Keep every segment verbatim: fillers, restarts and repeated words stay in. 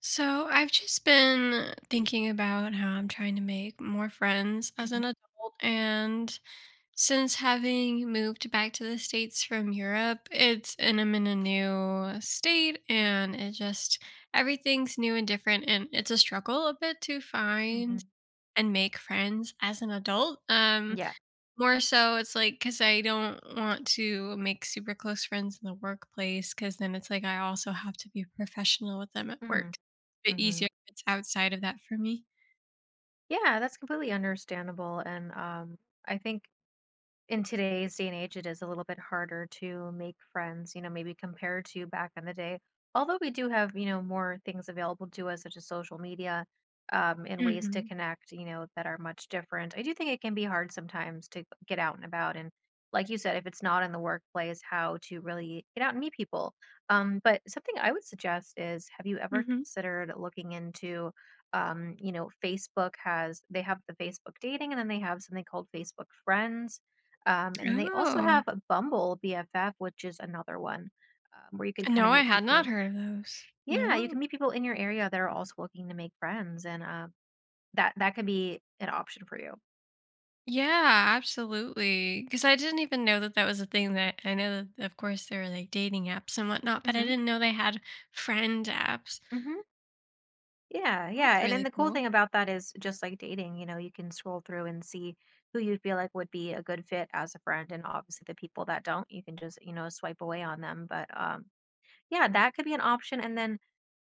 So I've just been thinking about how I'm trying to make more friends as Mhm, an adult. And since having moved back to the States from Europe, it's and I'm in a new state and it just everything's new and different and it's a struggle a bit to find mhm. and make friends as an adult. Um Yeah. More so, it's like because I don't want to make super close friends in the workplace because then it's like I also have to be professional with them at work. Mhm, It's a bit mhm. easier if it's outside of that for me. Yeah, that's completely understandable, and, um, I think in today's day and age, it is a little bit harder to make friends, you know, maybe compared to back in the day. Although we do have, you know, more things available to us, such as social media um, and ways to Mhm, connect, you know, that are much different. I do think it can be hard sometimes to get out and about. And like you said, if it's not in the workplace, how to really get out and meet people. Um, but something I would suggest is, have you ever mhm. considered looking into, um, you know, Facebook has, they have the Facebook dating, and then they have something called Facebook friends um, and then they also have Oh, a Bumble B F F, which is another one um, where you can kind of no, I meet had people. not heard of those. Yeah, you can No. meet people in your area that are also looking to make friends, and uh, that that could be an option for you. Yeah, absolutely. Because I didn't even know that that was a thing. That I know that, of course, there are, like, dating apps and whatnot, but I Hmm. didn't know they had friend apps. Hmm. Yeah, yeah. That's And really and the cool cool. thing about that is, just like dating, you know, you can scroll through and see who you feel like would be a good fit as a friend, and obviously the people that don't, you can just, you know, swipe away on them. But um, yeah, that could be an option. And then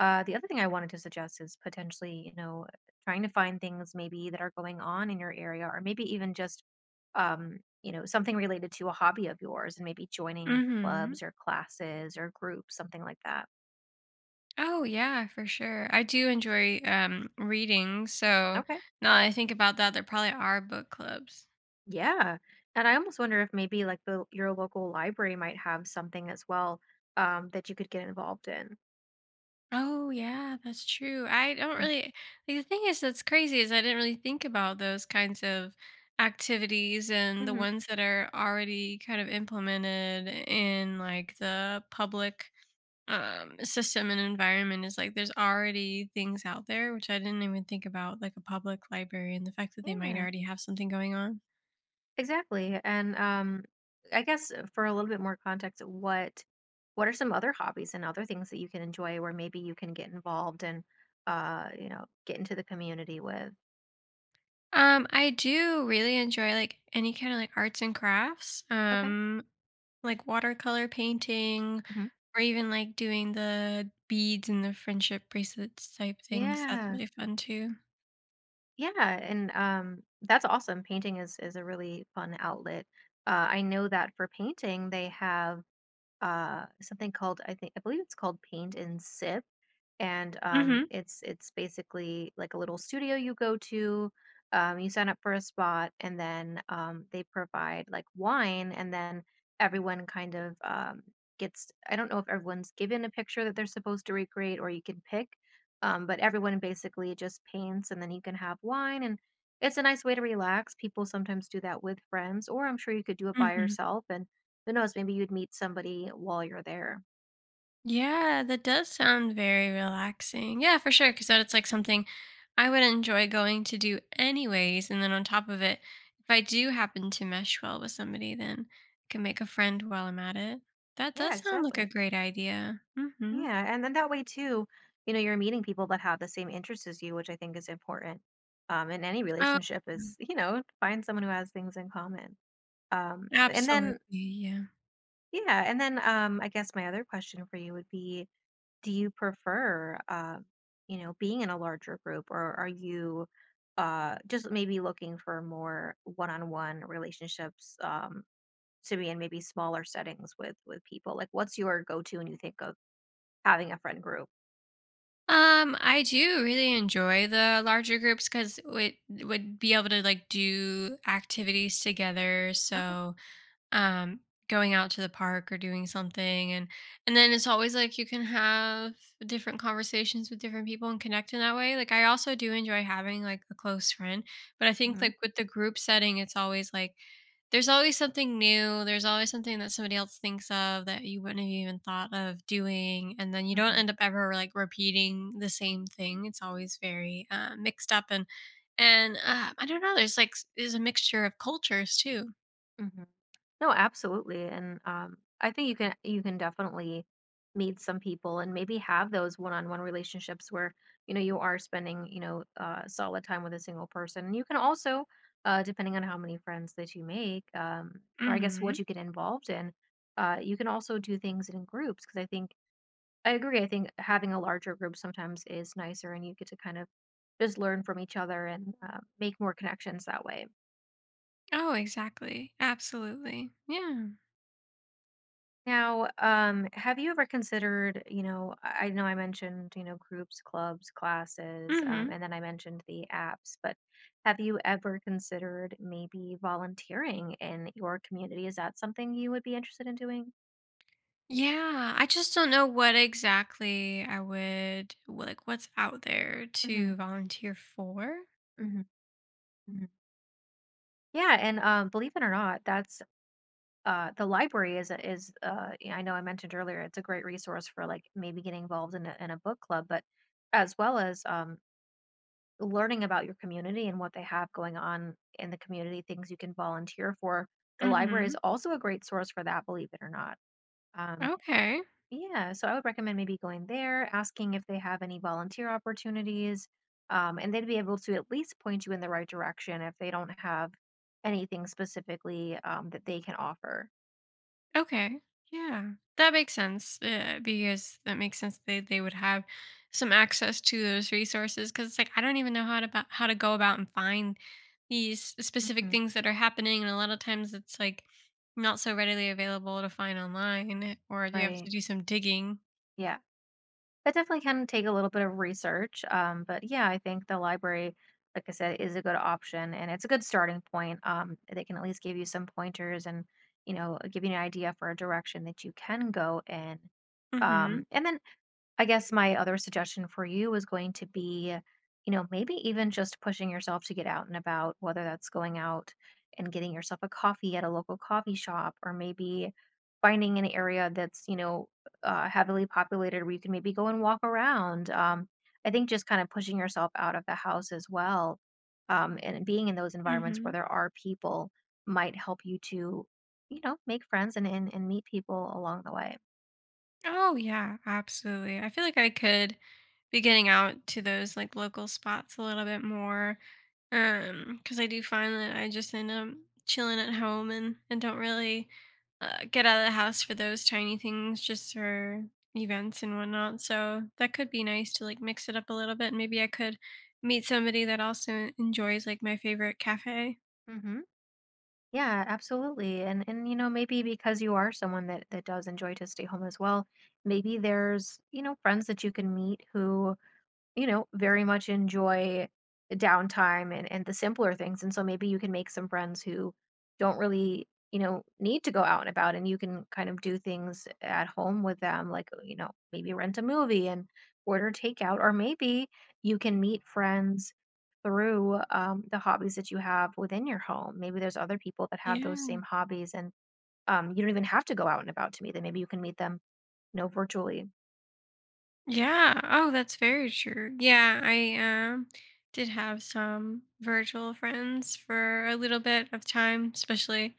Uh, the other thing I wanted to suggest is potentially, you know, trying to find things maybe that are going on in your area, or maybe even just, um, you know, something related to a hobby of yours, and maybe joining Mhm. clubs or classes or groups, something like that. Oh yeah, for sure. I do enjoy um reading, so Okay. now that I think about that, there probably are book clubs. Yeah. And I almost wonder if maybe like the your local library might have something as well um, that you could get involved in. Oh yeah, that's true. I don't really like, The thing is, that's crazy, is I didn't really think about those kinds of activities and the Mm-hmm. ones that are already kind of implemented in like the public um system and environment. Is like there's already things out there which I didn't even think about, like a public library, and the fact that they might Yeah. already have something going on. Exactly, and, um, I guess uh, for a little bit more context, what what are some other hobbies and other things that you can enjoy, where maybe you can get involved and, uh, you know, get into the community with? um I do really enjoy like any kind of like arts and crafts, Okay. um like watercolor painting, Mhm. or even like doing the beads and the friendship bracelets type things. That's Yeah. really fun too. Yeah, and, um, that's awesome. Painting is is a really fun outlet. Uh, I know that for painting, they have uh something called, i think i believe it's called paint and sip, and um Mm-hmm. it's it's basically like a little studio you go to. Um you sign up for a spot, and then um they provide like wine, and then everyone kind of um gets, I don't know if everyone's given a picture that they're supposed to recreate, or you can pick. Um but everyone basically just paints, and then you can have wine, and it's a nice way to relax. People sometimes do that with friends, or I'm sure you could do it by Mm-hmm. yourself. And who knows? Maybe you'd meet somebody while you're there. Yeah, that does sound very relaxing. Yeah, for sure. Because that, it's like something I would enjoy going to do anyways. And then on top of it, if I do happen to mesh well with somebody, then I can make a friend while I'm at it. That Yeah, does sound like a exactly. great idea. Mm-hmm. Yeah, and then that way too, you know, you're meeting people that have the same interests as you, which I think is important. Um, in any Oh, relationship yeah. is, you know, find someone who has things in common. Um, and Absolutely. then Yeah. yeah, and then um, I guess my other question for you would be, do you prefer, uh, you know, being in a larger group, or are you uh, just maybe looking for more one-on-one relationships? Um, to be in maybe smaller settings with with people? Like, what's your go-to when you think of having a friend group? Um, I do really enjoy the larger groups because it would be able to like do activities together. Okay. So um going out to the park or doing something, and and then it's always like you can have different conversations with different people and connect in that way. Like I also do enjoy having like a close friend, but I think Hmm. like with the group setting, it's always like there's always something new. There's always something that somebody else thinks of that you wouldn't have even thought of doing, and then you don't Hmm. end up ever like repeating the same thing. It's always very uh, mixed up, and and uh, I don't know, there's like s- there's a mixture of cultures too. Hmm. No, absolutely. And um, I think you can you can definitely meet some people and maybe have those one-on-one relationships where you know you are spending, you know, uh, solid time with a single person. And you can also, uh, depending on how many friends that you make, um, or I guess what you get involved in, uh, you can also do things in groups, because I think I agree. I think having a larger group sometimes is nicer, and you get to kind of just learn from each other and uh, make more connections that way. Oh, exactly. Absolutely. Yeah. Now, um, have you ever considered, you know, I I know I mentioned, you know, groups, clubs, classes, um, Hmm. and then I mentioned the apps, but have you ever considered maybe volunteering in your community? Is that something you would be interested in doing? Yeah. I just don't know what exactly I would like, what's out there Hmm. to volunteer for. Hmm. Hmm. Yeah, and um, believe it or not, that's uh, the library is a is uh, yeah, I know I mentioned earlier it's a great resource for like maybe getting involved in a, in a book club, but as well as um, learning about your community and what they have going on in the community, things you can volunteer for. The library is Hmm. also a great source for that, believe it or not. Um, Okay. yeah, so I would recommend maybe going there, asking if they have any volunteer opportunities, um, and they'd be able to at least point you in the right direction if they don't have anything specifically um, that they can offer. Okay. Yeah. That makes sense, uh, because that makes sense. They they would have some access to those resources, cuz it's like I don't even know how to about, how to go about and find these specific Hmm. things that are happening, and a lot of times it's like not so readily available to find online, or you have Right. to do some digging. Yeah, that definitely can take a little bit of research. Um, but yeah, I think the library, like I said, is a good option, and it's a good starting point. Um, they can at least give you some pointers, and, you know, give you an idea for a direction that you can go in. Um, Mhm. and then I guess my other suggestion for you is going to be, you know, maybe even just pushing yourself to get out and about, whether that's going out and getting yourself a coffee at a local coffee shop, or maybe finding an area that's, you know, uh, heavily populated, where you can maybe go and walk around. Um, I think just kind of pushing yourself out of the house as well, um, and being in those environments where Mhm. there are people might help you to, you know, make friends and and, and meet people along the way. Oh yeah, absolutely. I feel like I could be getting out to those like local spots a little bit more. Um, because I do find that I just end up chilling at home and and don't really uh, get out of the house for those tiny things, just for events and whatnot. So that could be nice to like mix it up a little bit. Maybe I could meet somebody that also enjoys like my favorite cafe. Hmm. Yeah, absolutely. And and you know, maybe because you are someone that that does enjoy to stay home as well, maybe there's, you know, friends that you can meet who, you know, very much enjoy downtime and, and the simpler things. And so maybe you can make some friends who don't really, you know, need to go out and about, and you can kind of do things at home with them, like, uh, you know, maybe rent a movie and order takeout, or maybe you can meet friends through um, the hobbies that you have within your home. Maybe there's other people that have those Yeah. same hobbies, and um, you don't even have to go out and about to meet them. Maybe you can meet them, you know, virtually. Yeah. Oh, that's very true. Yeah, I um did have some virtual friends for a little bit of time, especially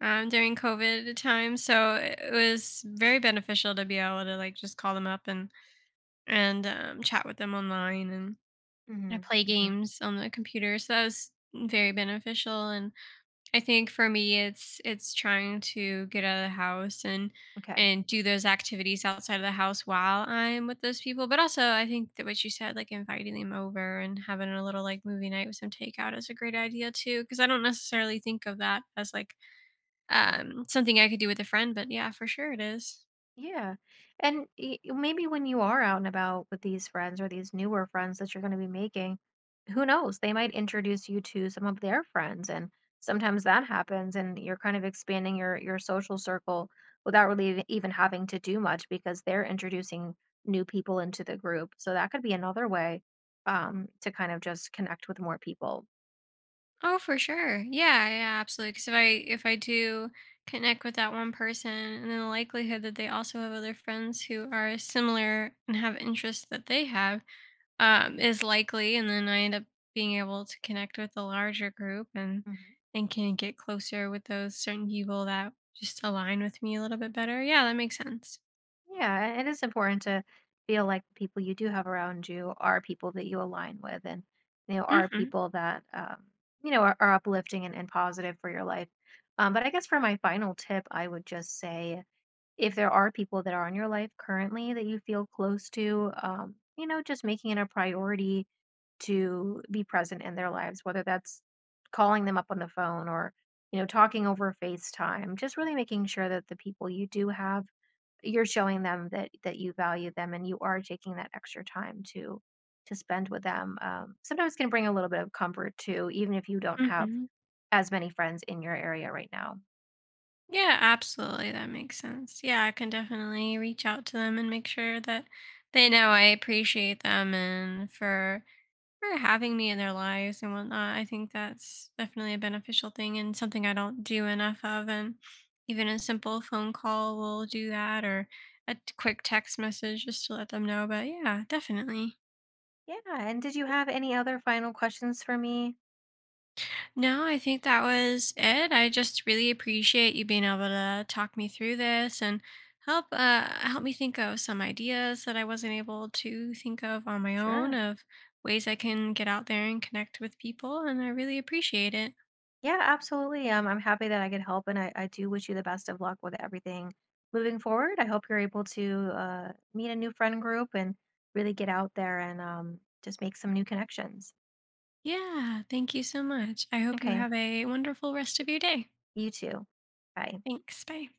um, during COVID time. So it was very beneficial to be able to like just call them up and and um, chat with them online, and uh, Hmm. play Hmm. games on the computer. So that was very beneficial. And I think for me it's it's trying to get out of the house and Okay. and do those activities outside of the house while I'm with those people. But also I think that what you said, like inviting them over and having a little like movie night with some takeout, is a great idea too. Cause I don't necessarily think of that as like um something I could do with a friend, but yeah, for sure it is. Yeah. And y- maybe when you are out and about with these friends or these newer friends that you're going to be making, who knows? They might introduce you to some of their friends, and sometimes that happens, and you're kind of expanding your your social circle without really even even having to do much, because they're introducing new people into the group. So that could be another way um to kind of just connect with more people. Oh, for sure. Yeah, yeah, absolutely. Because if I if I do connect with that one person, and then the likelihood that they also have other friends who are similar and have interests that they have, um, is likely, and then I end up being able to connect with a larger group, and Mhm. and can get closer with those certain people that just align with me a little bit better. Yeah, that makes sense. Yeah, and it's important to feel like the people you do have around you are people that you align with, and you know are Mhm. people that um, you know are, are uplifting and, and positive for your life. Um, but I guess for my final tip, I would just say, if there are people that are in your life currently that you feel close to, um, you know, just making it a priority to be present in their lives, whether that's calling them up on the phone or, you know, talking over FaceTime, just really making sure that the people you do have, you're showing them that that you value them, and you are taking that extra time to to spend with them. Um, sometimes can bring a little bit of comfort too, even if you don't have Mhm. as many friends in your area right now. Yeah, absolutely, that makes sense. Yeah, I can definitely reach out to them and make sure that they know I appreciate them, and for for having me in their lives and whatnot. I think that's definitely a beneficial thing, and something I don't do enough of. And even a simple phone call will do that, or a t- quick text message just to let them know. But yeah, definitely. Yeah. And did you have any other final questions for me? No, I think that was it. I just really appreciate you being able to talk me through this and help uh, help me think of some ideas that I wasn't able to think of on my own, Sure. of ways I can get out there and connect with people. And I really appreciate it. Yeah, absolutely. Um, I'm happy that I could help, and I, I do wish you the best of luck with everything moving forward. I hope you're able to uh, meet a new friend group and really get out there and um, just make some new connections. Yeah, thank you so much. I hope you Okay. have a wonderful rest of your day. You too. Bye. Thanks. Bye.